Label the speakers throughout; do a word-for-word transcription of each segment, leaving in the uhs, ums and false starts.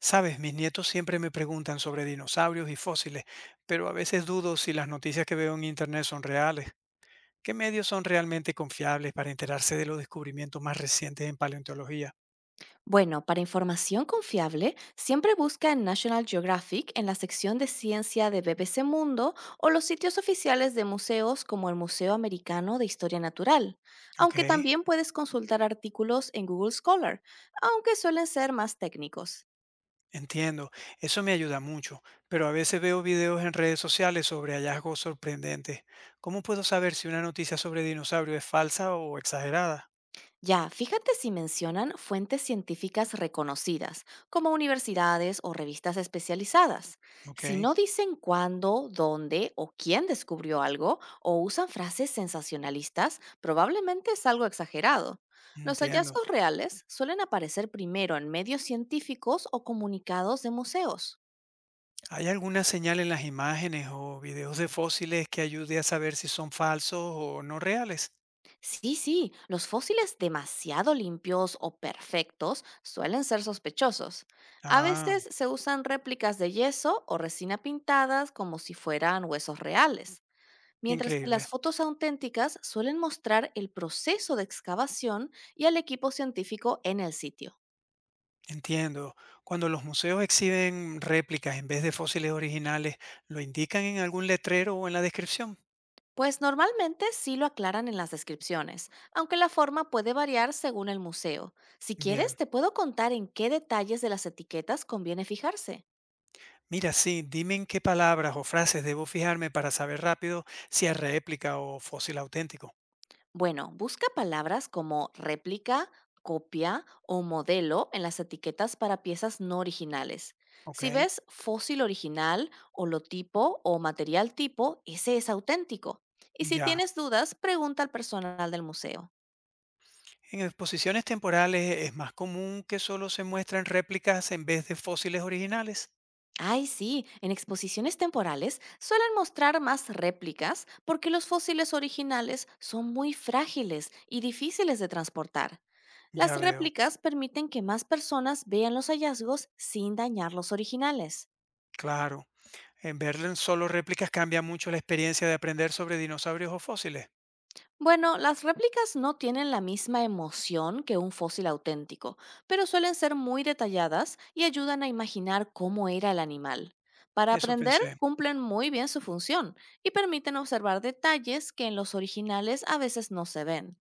Speaker 1: Sabes, mis nietos siempre me preguntan sobre dinosaurios y fósiles, pero a veces dudo si las noticias que veo en Internet son reales. ¿Qué medios son realmente confiables para enterarse de los descubrimientos más recientes en paleontología?
Speaker 2: Bueno, para información confiable, siempre busca en National Geographic en la sección de ciencia de B B C Mundo o los sitios oficiales de museos como el Museo Americano de Historia Natural,
Speaker 1: Ok,
Speaker 2: aunque también puedes consultar artículos en Google Scholar, aunque suelen ser más técnicos.
Speaker 1: entiendo, eso me ayuda mucho, pero a veces veo videos en redes sociales sobre hallazgos sorprendentes. ¿Cómo puedo saber si una noticia sobre dinosaurios es falsa o exagerada?
Speaker 2: Ya, fíjate si mencionan fuentes científicas reconocidas, como universidades o revistas especializadas.
Speaker 1: Ok,
Speaker 2: Si no dicen cuándo, dónde o quién descubrió algo o usan frases sensacionalistas, probablemente es algo exagerado. Los
Speaker 1: entiendo.
Speaker 2: hallazgos reales suelen aparecer primero en medios científicos o comunicados de museos.
Speaker 1: ¿Hay alguna señal en las imágenes o videos de fósiles que ayude a saber si son falsos o no reales?
Speaker 2: Sí, sí, los fósiles demasiado limpios o perfectos suelen ser sospechosos. A
Speaker 1: Ah,
Speaker 2: veces se usan réplicas de yeso o resina pintadas como si fueran huesos reales, mientras que
Speaker 1: increíble.
Speaker 2: las fotos auténticas suelen mostrar el proceso de excavación y al equipo científico en el sitio.
Speaker 1: Entiendo. Cuando los museos exhiben réplicas en vez de fósiles originales, ¿lo indican en algún letrero o en la descripción?
Speaker 2: Pues normalmente sí lo aclaran en las descripciones, aunque la forma puede variar según el museo. Si quieres,
Speaker 1: Bien.
Speaker 2: te puedo contar en qué detalles de las etiquetas conviene fijarse.
Speaker 1: Mira, sí, dime en qué palabras o frases debo fijarme para saber rápido si es réplica o fósil auténtico.
Speaker 2: Bueno, busca palabras como réplica, copia o modelo en las etiquetas para piezas no originales.
Speaker 1: Ok,
Speaker 2: Si ves fósil original, holotipo o material tipo, ese es auténtico. Y si
Speaker 1: ya.
Speaker 2: tienes dudas, pregunta al personal del museo.
Speaker 1: En exposiciones temporales es más común que solo se muestren réplicas en vez de fósiles originales.
Speaker 2: Ay, sí, en exposiciones temporales suelen mostrar más réplicas porque los fósiles originales son muy frágiles y difíciles de transportar. Las
Speaker 1: Ya veo,
Speaker 2: réplicas permiten que más personas vean los hallazgos sin dañar los originales.
Speaker 1: claro. En verlo en solo réplicas cambia mucho la experiencia de aprender sobre dinosaurios o fósiles.
Speaker 2: Bueno, las réplicas no tienen la misma emoción que un fósil auténtico, pero suelen ser muy detalladas y ayudan a imaginar cómo era el animal. Para
Speaker 1: Eso
Speaker 2: aprender,
Speaker 1: pensé.
Speaker 2: cumplen muy bien su función y permiten observar detalles que en los originales a veces no se ven.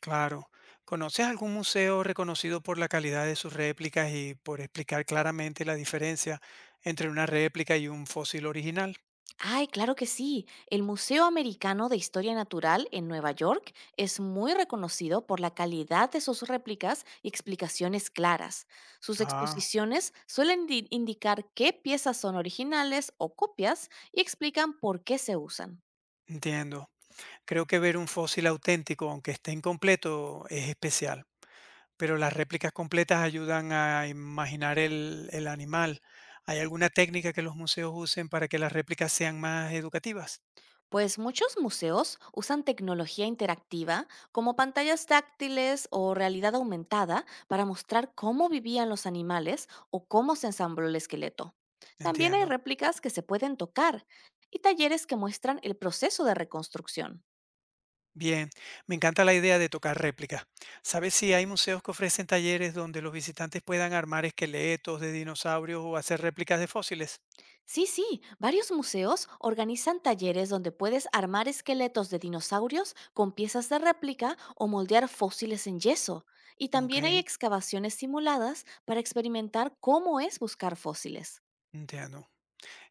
Speaker 1: Claro. ¿Conoces algún museo reconocido por la calidad de sus réplicas y por explicar claramente la diferencia entre una réplica y un fósil original?
Speaker 2: Ay, claro que sí. El Museo Americano de Historia Natural en Nueva York es muy reconocido por la calidad de sus réplicas y explicaciones claras. Sus
Speaker 1: Ah,
Speaker 2: exposiciones suelen di- indicar qué piezas son originales o copias y explican por qué se usan.
Speaker 1: entiendo. Creo que ver un fósil auténtico, aunque esté incompleto, es especial, pero las réplicas completas ayudan a imaginar el, el animal. ¿Hay alguna técnica que los museos usen para que las réplicas sean más educativas?
Speaker 2: Pues muchos museos usan tecnología interactiva como pantallas táctiles o realidad aumentada para mostrar cómo vivían los animales o cómo se ensambló el esqueleto. También hay
Speaker 1: Entiendo.
Speaker 2: réplicas que se pueden tocar y talleres que muestran el proceso de reconstrucción.
Speaker 1: Bien, me encanta la idea de tocar réplicas. ¿Sabes si hay museos que ofrecen talleres donde los visitantes puedan armar esqueletos de dinosaurios o hacer réplicas de fósiles?
Speaker 2: Sí, sí, varios museos organizan talleres donde puedes armar esqueletos de dinosaurios con piezas de réplica o moldear fósiles en yeso. Y
Speaker 1: Ok,
Speaker 2: también hay excavaciones simuladas para experimentar cómo es buscar fósiles.
Speaker 1: entiendo.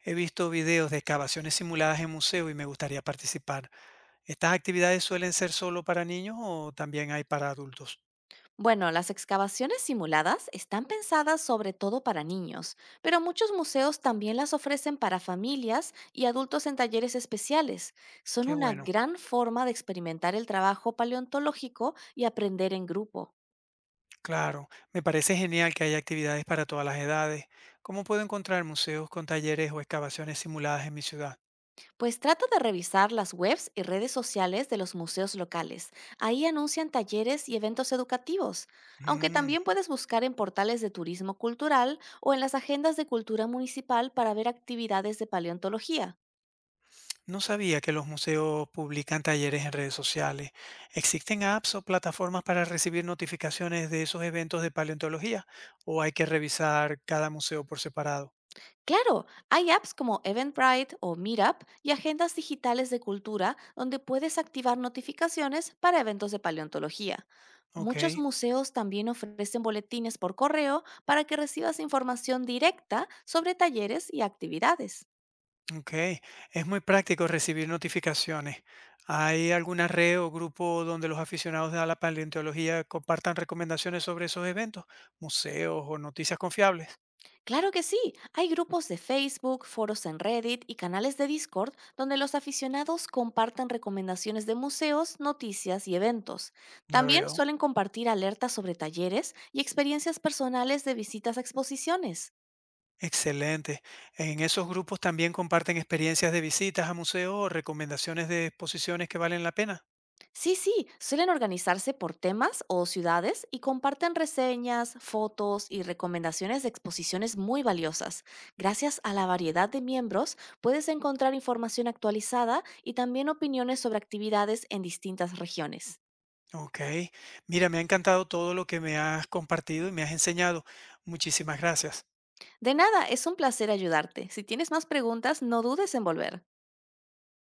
Speaker 1: He visto videos de excavaciones simuladas en museos y me gustaría participar. ¿Estas actividades suelen ser solo para niños o también hay para adultos?
Speaker 2: Bueno, las excavaciones simuladas están pensadas sobre todo para niños, pero muchos museos también las ofrecen para familias y adultos en talleres especiales. Son
Speaker 1: Qué
Speaker 2: una
Speaker 1: bueno.
Speaker 2: gran forma de experimentar el trabajo paleontológico y aprender en grupo.
Speaker 1: Claro, me parece genial que haya actividades para todas las edades. ¿Cómo puedo encontrar museos con talleres o excavaciones simuladas en mi ciudad?
Speaker 2: Pues trata de revisar las webs y redes sociales de los museos locales. Ahí anuncian talleres y eventos educativos, aunque
Speaker 1: Mm,
Speaker 2: también puedes buscar en portales de turismo cultural o en las agendas de cultura municipal para ver actividades de paleontología.
Speaker 1: no sabía que los museos publican talleres en redes sociales. ¿Existen apps o plataformas para recibir notificaciones de esos eventos de paleontología? ¿O hay que revisar cada museo por separado?
Speaker 2: Claro, hay apps como Eventbrite o Meetup y agendas digitales de cultura donde puedes activar notificaciones para eventos de paleontología. Muchos
Speaker 1: Ok.
Speaker 2: museos también ofrecen boletines por correo para que recibas información directa sobre talleres y actividades.
Speaker 1: Ok, es muy práctico recibir notificaciones. ¿Hay alguna red o grupo donde los aficionados de la paleontología compartan recomendaciones sobre esos eventos, museos o noticias confiables?
Speaker 2: Claro que sí, hay grupos de Facebook, foros en Reddit y canales de Discord donde los aficionados comparten recomendaciones de museos, noticias y eventos.
Speaker 1: Ya
Speaker 2: También
Speaker 1: veo.
Speaker 2: suelen compartir alertas sobre talleres y experiencias personales de visitas a exposiciones.
Speaker 1: Excelente. En esos grupos también comparten experiencias de visitas a museos o recomendaciones de exposiciones que valen la pena.
Speaker 2: Sí, sí, suelen organizarse por temas o ciudades y comparten reseñas, fotos y recomendaciones de exposiciones muy valiosas. Gracias a la variedad de miembros, puedes encontrar información actualizada y también opiniones sobre actividades en distintas regiones.
Speaker 1: Ok, mira, me ha encantado todo lo que me has compartido y me has enseñado. Muchísimas gracias.
Speaker 2: De nada, es un placer ayudarte. Si tienes más preguntas, no dudes en volver.